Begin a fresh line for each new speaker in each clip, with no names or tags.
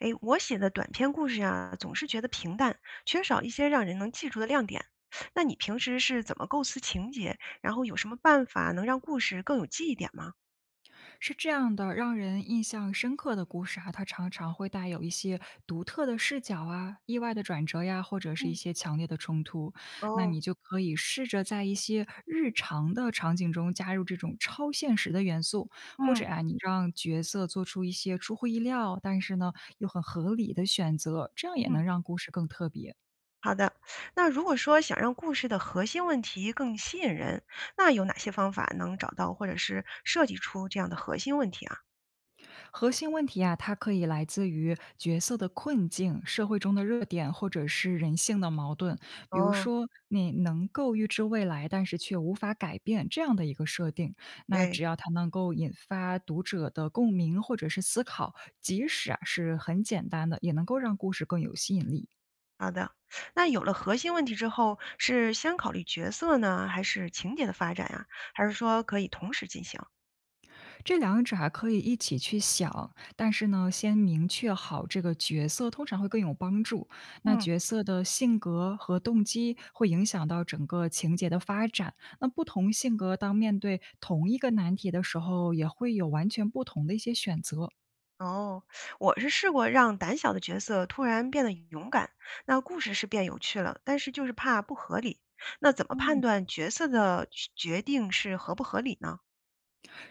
诶，我写的短篇故事啊，总是觉得平淡，缺少一些让人能记住的亮点。那你平时是怎么构思情节？然后有什么办法能让故事更有记忆点吗？
是这样的，让人印象深刻的故事啊，它常常会带有一些独特的视角啊、意外的转折呀，或者是一
嗯，
些强烈的冲突。那
哦，
你就可以试着在一些日常的场景中加入这种超现实的元素，或者
嗯
啊，你让角色做出一些出乎意料，但是呢又很合理的选择，这样也
嗯
能让故事更特别。
好的，那如果说想让故事的核心问题更吸引人，那有哪些方法能找到或者是设计出这样的核心问题啊？
核心问题啊，它可以来自于角色的困境、社会中的热点，或者是人性的矛盾。比如
哦，
说，你能够预知未来，但是却无法改变这样的一个设定，那
对，
只要它能够引发读者的共鸣或者是思考，即使啊是很简单的，也能够让故事更有吸引力。
好的。那有了核心问题之后，是先考虑角色呢，还是情节的发展呀？还是说可以同时进行？
这两者还可以一起去想，但是呢，先明确好这个角色，通常会更有帮助。那
嗯，
角色的性格和动机会影响到整个情节的发展。那不同性格当面对同一个难题的时候，也会有完全不同的一些选择。
哦，我是试过让胆小的角色突然变得勇敢，那故事是变有趣了，但是就是怕不合理。那怎么判
嗯。
断角色的决定是合不合理呢？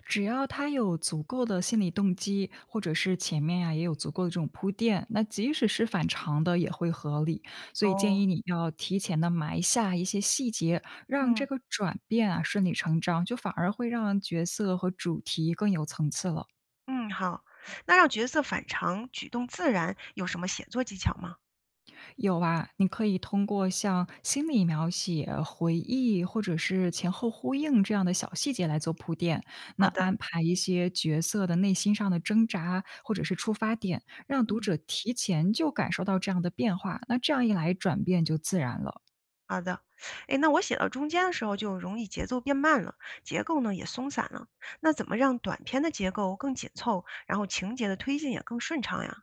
只要他有足够的心理动机，或者是前面呀也有足够的这种铺垫，那即使是反常的也会合理。所以建
哦，
议你要提前的埋下一些细节，让这
嗯
个转变啊顺理成章，就反而会让角色和主题更有层次了。
嗯，好，那让角色反常、举动自然，有什么写作技巧吗？
有啊，你可以通过像心理描写、回忆或者是前后呼应这样的小细节来做铺垫，那
好的，
安排一些角色的内心上的挣扎或者是出发点，让读
嗯，
者提前就感受到这样的变化，那这样一来转变就自然了。
好的。哎，那我写到中间的时候就容易节奏变慢了，结构呢也松散了。那怎么让短篇的结构更紧凑，然后情节的推进也更顺畅呀？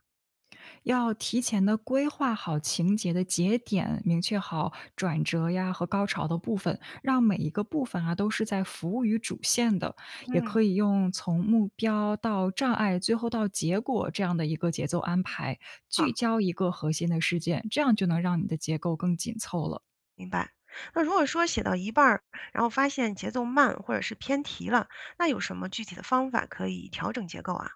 要提前的规划好情节的节点，明确好转折呀和高潮的部分，让每一个部分啊都是在服务于主线的。也
嗯，
可以用从目标到障碍，最后到结果这样的一个节奏安排，聚
好。
焦一个核心的事件，这样就能让你的结构更紧凑了。
明白。那如果说写到一半儿，然后发现节奏慢或者是偏题了，那有什么具体的方法可以调整结构啊？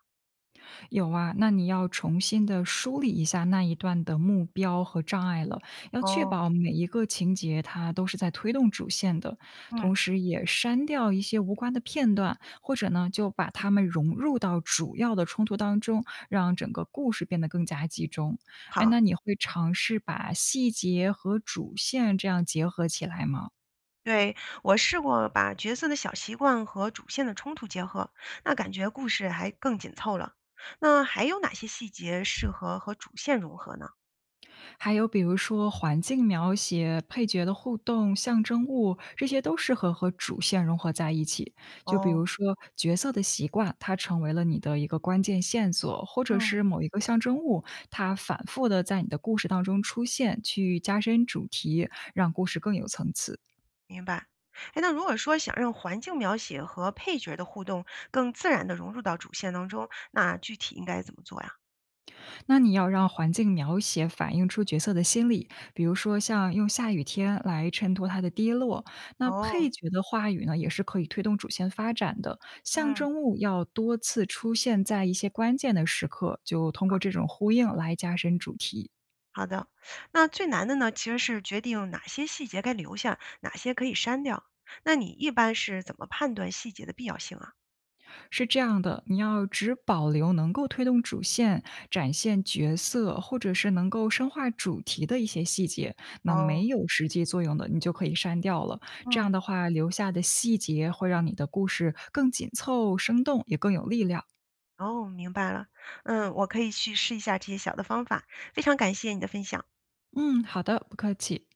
有啊，那你要重新的梳理一下那一段的目标和障碍了，要确
哦，
保每一个情节它都是在推动主线的，
嗯，
同时也删掉一些无关的片段，或者呢就把它们融入到主要的冲突当中，让整个故事变得更加集中。哎，
好，
那你会尝试把细节和主线这样结合起来吗？
对，我试过把角色的小习惯和主线的冲突结合，那感觉故事还更紧凑了。那还有哪些细节适合和主线融合呢？
还有比如说环境描写、配角的互动、象征物，这些都适合和主线融合在一起。就比
哦，
如说角色的习惯，它成为了你的一个关键线索，或者
嗯，
是某一个象征物，它反复的在你的故事当中出现，去加深主题，让故事更有层次。
明白。哎，那如果说想让环境描写和配角的互动更自然的融入到主线当中，那具体应该怎么做呀？
那你要让环境描写反映出角色的心理，比如说像用下雨天来衬托它的低落。那
哦，
配角的话语呢，也是可以推动主线发展的。象
嗯。
征物要多次出现在一些关键的时刻，就通过这种呼应来加深主题。
好的，那最难的呢，其实是决定哪些细节该留下，哪些可以删掉。那你一般是怎么判断细节的必要性啊？
是这样的，你要只保留能够推动主线、展现角色，或者是能够深化主题的一些细节，那
哦，
没有实际作用的，你就可以删掉了。这样
嗯，
的话，留下的细节会让你的故事更紧凑、生动，也更有力量。
哦，明白了。嗯，我可以去试一下这些小的方法。非常感谢你的分享。
嗯，好的，不客气。